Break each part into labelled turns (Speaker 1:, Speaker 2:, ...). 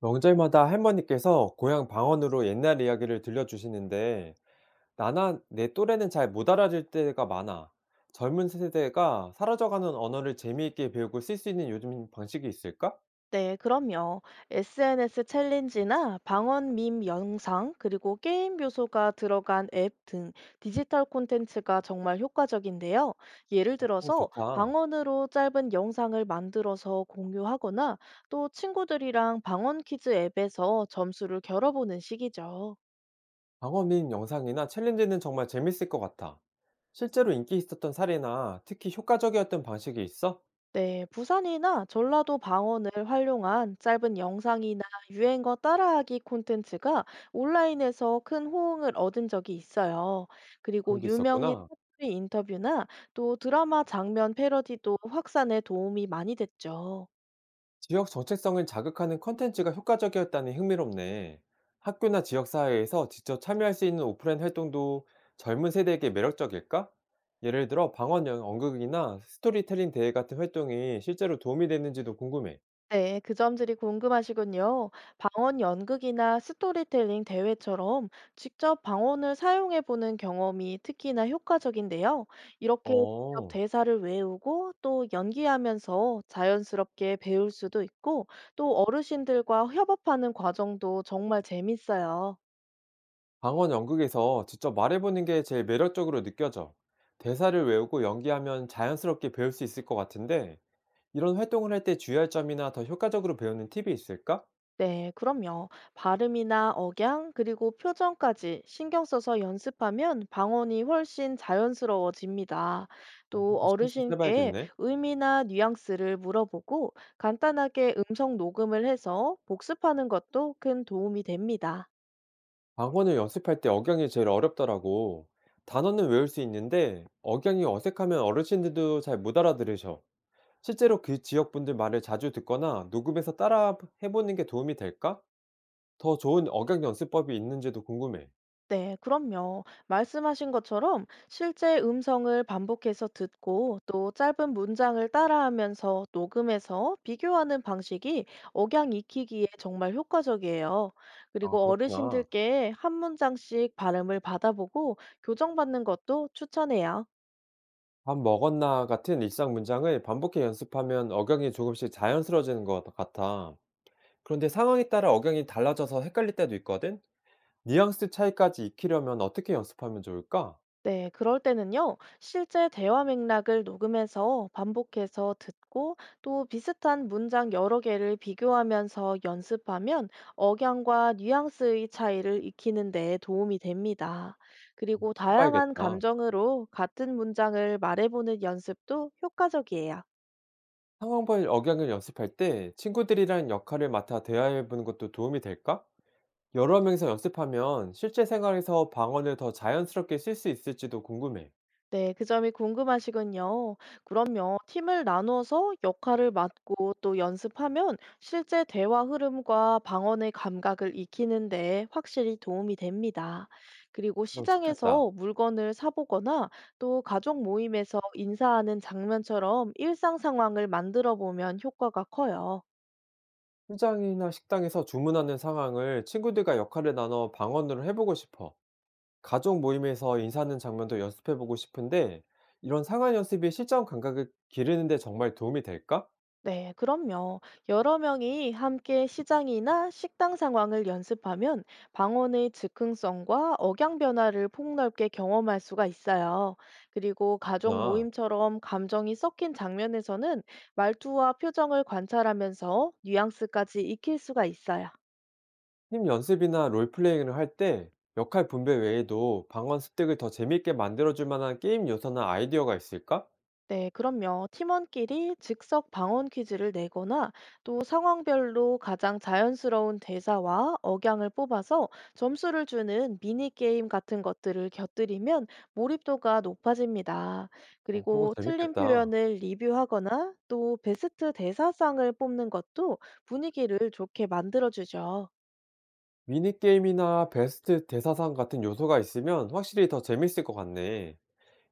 Speaker 1: 명절마다 할머니께서 고향 방언으로 옛날 이야기를 들려주시는데 나나 내 또래는 잘 못 알아들 때가 많아. 젊은 세대가 사라져가는 언어를 재미있게 배우고 쓸 수 있는 요즘 방식이 있을까?
Speaker 2: 네, 그럼요. SNS 챌린지나 방언 밈 영상, 그리고 게임 요소가 들어간 앱 등 디지털 콘텐츠가 정말 효과적인데요. 예를
Speaker 1: 아, 그거
Speaker 2: 들어서
Speaker 1: 좋다.
Speaker 2: 방언으로 짧은 영상을 만들어서 공유하거나 또 친구들이랑 방언 퀴즈 앱에서 점수를 겨뤄보는 식이죠.
Speaker 1: 방언인 영상이나 챌린지는 정말 재밌을 것 같아. 실제로 인기 있었던 사례나 특히 효과적이었던 방식이 있어?
Speaker 2: 네, 부산이나 전라도 방언을 활용한 짧은 영상이나 유행어 따라하기 콘텐츠가 온라인에서 큰 호응을 얻은 적이 있어요.
Speaker 1: 그런
Speaker 2: 그리고
Speaker 1: 게
Speaker 2: 유명인
Speaker 1: 있었구나.
Speaker 2: 사투리 인터뷰나 또 드라마 장면 패러디도 확산에 도움이 많이 됐죠.
Speaker 1: 지역 정체성을 자극하는 콘텐츠가 효과적이었다니 흥미롭네. 학교나 지역 사회에서 직접 참여할 수 있는 오프라인 활동도 젊은 세대에게 매력적일까? 예를 들어 연극이나 스토리텔링 대회 같은 활동이 실제로 도움이 되는지도 궁금해.
Speaker 2: 네, 그 점들이 궁금하시군요. 방언 연극이나 스토리텔링 대회처럼 직접 방언을 사용해 보는 경험이 특히나 효과적인데요. 이렇게 직접
Speaker 1: 어,
Speaker 2: 대사를 외우고 또 연기하면서 자연스럽게 배울 수도 있고 또 어르신들과 협업하는 과정도 정말 재밌어요.
Speaker 1: 방언 연극에서 직접 말해보는 게 제일 매력적으로 느껴져. 대사를 외우고 연기하면 자연스럽게 배울 수 있을 것 같은데, 이런 활동을 할 때 주의할 점이나 더 효과적으로 배우는 팁이 있을까?
Speaker 2: 네, 그럼요. 발음이나 억양, 그리고 표정까지 신경 써서 연습하면 방언이 훨씬 자연스러워집니다.
Speaker 1: 어,
Speaker 2: 또
Speaker 1: 한번 신경 써서
Speaker 2: 어르신께
Speaker 1: 해봐야겠네.
Speaker 2: 의미나 뉘앙스를 물어보고 간단하게 음성 녹음을 해서 복습하는 것도 큰 도움이 됩니다.
Speaker 1: 방언을 연습할 때 억양이 제일 어렵더라고. 단어는 외울 수 있는데 억양이 어색하면 어르신들도 잘 못 알아들으셔. 실제로 그 지역 분들 말을 자주 듣거나 녹음해서 따라 해보는 게 도움이 될까? 더 좋은 억양 연습법이 있는지도 궁금해.
Speaker 2: 네, 그럼요. 말씀하신 것처럼 실제 음성을 반복해서 듣고 또 짧은 문장을 따라하면서 녹음해서 비교하는 방식이 억양 익히기에 정말 효과적이에요.
Speaker 1: 아,
Speaker 2: 그리고
Speaker 1: 그렇구나.
Speaker 2: 어르신들께 한 문장씩 발음을 받아보고 교정받는 것도 추천해요.
Speaker 1: 밥 먹었나 같은 일상 문장을 반복해 연습하면 억양이 조금씩 자연스러워지는 것 같아. 그런데 상황에 따라 억양이 달라져서 헷갈릴 때도 있거든? 뉘앙스 차이까지 익히려면 어떻게 연습하면 좋을까?
Speaker 2: 네, 그럴 때는요, 실제 대화 맥락을 녹음해서 반복해서 듣고 또 비슷한 문장 여러 개를 비교하면서 연습하면 억양과 뉘앙스의 차이를 익히는 데 도움이 됩니다. 그리고 다양한
Speaker 1: 해봐야겠다.
Speaker 2: 감정으로 같은 문장을 말해보는 연습도 효과적이에요.
Speaker 1: 상황별 억양을 연습할 때 친구들이랑 역할을 맡아 대화해보는 것도 도움이 될까? 여러 명이서 연습하면 실제 생활에서 방언을 더 자연스럽게 쓸 수 있을지도 궁금해.
Speaker 2: 네, 그 점이 궁금하시군요. 그럼요, 팀을 나눠서 역할을 맡고 또 연습하면 실제 대화 흐름과 방언의 감각을 익히는데 확실히 도움이 됩니다. 그리고
Speaker 1: 그럼 좋겠다.
Speaker 2: 시장에서 물건을 사보거나 또 가족 모임에서 인사하는 장면처럼 일상 상황을 만들어 보면 효과가 커요.
Speaker 1: 현장이나 식당에서 주문하는 상황을 친구들과 역할을 나눠 방언으로 해보고 싶어. 가족 모임에서 인사하는 장면도 연습해보고 싶은데 이런 상황 연습이 실전 감각을 기르는데 정말 도움이 될까?
Speaker 2: 네, 그럼요. 여러 명이 함께 시장이나 식당 상황을 연습하면 방언의 즉흥성과 억양 변화를 폭넓게 경험할 수가 있어요. 그리고 가족
Speaker 1: 그렇구나.
Speaker 2: 모임처럼 감정이 섞인 장면에서는 말투와 표정을 관찰하면서 뉘앙스까지 익힐 수가 있어요.
Speaker 1: 팀 연습이나 롤플레잉을 할 때 역할 분배 외에도 방언 습득을 더 재밌게 만들어줄 만한 게임 요소나 아이디어가 있을까?
Speaker 2: 네, 그럼요. 팀원끼리 즉석 방언 퀴즈를 내거나 또 상황별로 가장 자연스러운 대사와 억양을 뽑아서 점수를 주는 미니 게임 같은 것들을 곁들이면 몰입도가 높아집니다.
Speaker 1: 어, 그런 거
Speaker 2: 그리고 틀린
Speaker 1: 재밌겠다.
Speaker 2: 표현을 리뷰하거나 또 베스트 대사상을 뽑는 것도 분위기를 좋게 만들어주죠.
Speaker 1: 미니게임이나 베스트 대사상 같은 요소가 있으면 확실히 더 재밌을 것 같네.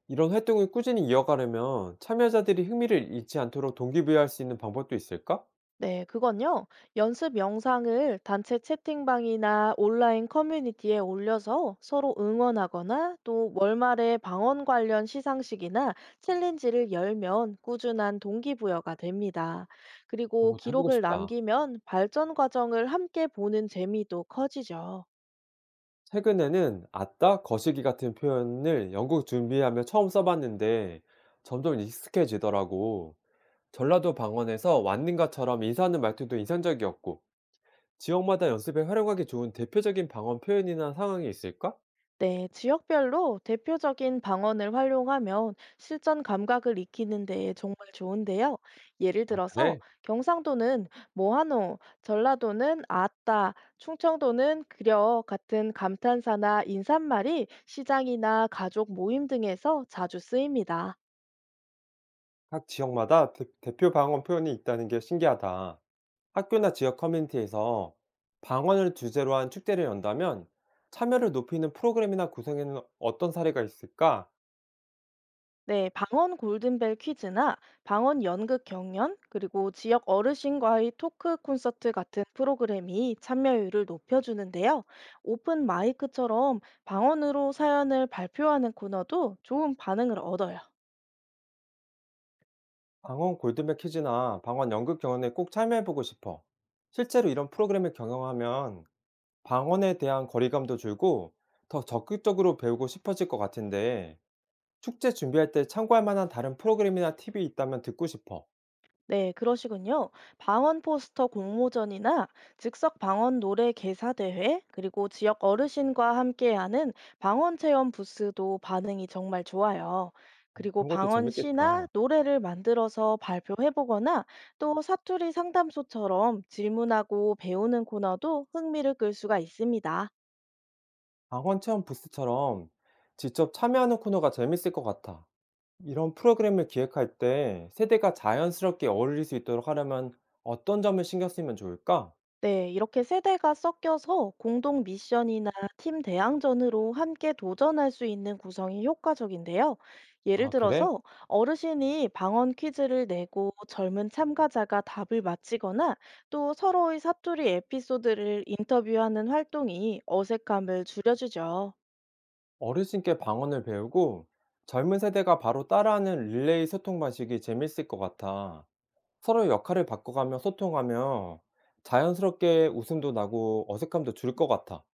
Speaker 1: 이런 활동을 꾸준히 이어가려면 참여자들이 흥미를 잃지 않도록 동기부여할 수 있는 방법도 있을까?
Speaker 2: 네, 그건요. 연습 영상을 단체 채팅방이나 온라인 커뮤니티에 올려서 서로 응원하거나 또 월말에 방언 관련 시상식이나 챌린지를 열면 꾸준한 동기부여가 됩니다.
Speaker 1: 그런
Speaker 2: 그리고
Speaker 1: 것도 해보고
Speaker 2: 기록을
Speaker 1: 싶다.
Speaker 2: 남기면 발전 과정을 함께 보는 재미도 커지죠.
Speaker 1: 최근에는 아따, 거시기 같은 표현을 연극 준비하며 처음 써봤는데 점점 익숙해지더라고. 전라도 방언에서 완능가처럼 인사하는 말투도 인상적이었고, 지역마다 연습에 활용하기 좋은 대표적인 방언 표현이나 상황이 있을까?
Speaker 2: 네, 지역별로 대표적인 방언을 활용하면 실전 감각을 익히는 데 정말 좋은데요. 예를
Speaker 1: 아,
Speaker 2: 들어서
Speaker 1: 그래?
Speaker 2: 경상도는 뭐하노, 전라도는 아따, 충청도는 그려 같은 감탄사나 인사말이 시장이나 가족 모임 등에서 자주 쓰입니다.
Speaker 1: 각 지역마다 대표 방언 표현이 있다는 게 신기하다. 학교나 지역 커뮤니티에서 방언을 주제로 한 축제를 연다면 참여를 높이는 프로그램이나 구성에는 어떤 사례가 있을까?
Speaker 2: 네, 방언 골든벨 퀴즈나 방언 연극 경연, 그리고 지역 어르신과의 토크 콘서트 같은 프로그램이 참여율을 높여주는데요. 오픈 마이크처럼 방언으로 사연을 발표하는 코너도 좋은 반응을 얻어요.
Speaker 1: 방언 골드맥 퀴즈나 방언 연극 경연에 꼭 참여해보고 싶어. 실제로 이런 프로그램을 경영하면 방언에 대한 거리감도 줄고 더 적극적으로 배우고 싶어질 것 같은데 축제 준비할 때 참고할 만한 다른 프로그램이나 팁이 있다면 듣고 싶어.
Speaker 2: 네, 그러시군요. 방언 포스터 공모전이나 즉석 방언 노래 개사대회, 그리고 지역 어르신과 함께하는 방언 체험 부스도 반응이 정말 좋아요. 그리고
Speaker 1: 그런 것도
Speaker 2: 방언 시나
Speaker 1: 재밌겠다.
Speaker 2: 노래를 만들어서 발표해보거나 또 사투리 상담소처럼 질문하고 배우는 코너도 흥미를 끌 수가 있습니다.
Speaker 1: 방언 체험 부스처럼 직접 참여하는 코너가 재밌을 것 같아. 이런 프로그램을 기획할 때 세대가 자연스럽게 어울릴 수 있도록 하려면 어떤 점을 신경 쓰면 좋을까?
Speaker 2: 네, 이렇게 세대가 섞여서 공동 미션이나 팀 대항전으로 함께 도전할 수 있는 구성이 효과적인데요. 예를
Speaker 1: 아, 그래?
Speaker 2: 들어서 어르신이 방언 퀴즈를 내고 젊은 참가자가 답을 맞히거나 또 서로의 사투리 에피소드를 인터뷰하는 활동이 어색함을 줄여주죠.
Speaker 1: 어르신께 방언을 배우고 젊은 세대가 바로 따라하는 릴레이 소통 방식이 재밌을 것 같아. 서로의 역할을 바꿔가며 소통하며 자연스럽게 웃음도 나고 어색함도 줄 것 같아.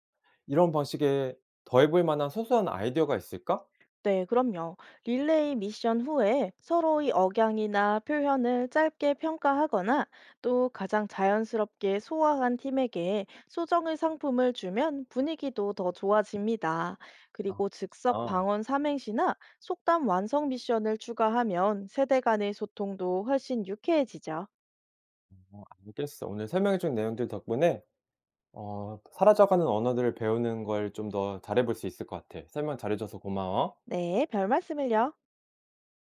Speaker 1: 이런 방식에 더해볼 만한 소소한 아이디어가 있을까?
Speaker 2: 네, 그럼요. 릴레이 미션 후에 서로의 억양이나 표현을 짧게 평가하거나 또 가장 자연스럽게 소화한 팀에게 소정의 상품을 주면 분위기도 더 좋아집니다.
Speaker 1: 아,
Speaker 2: 그리고 즉석
Speaker 1: 아,
Speaker 2: 방언 삼행시나 속담 완성 미션을 추가하면 세대 간의 소통도 훨씬 유쾌해지죠.
Speaker 1: 알겠어. 오늘 설명해준 내용들 덕분에 사라져가는 언어들을 배우는 걸 좀 더 잘해볼 수 있을 것 같아. 설명 잘해줘서 고마워.
Speaker 2: 네, 별 말씀을요.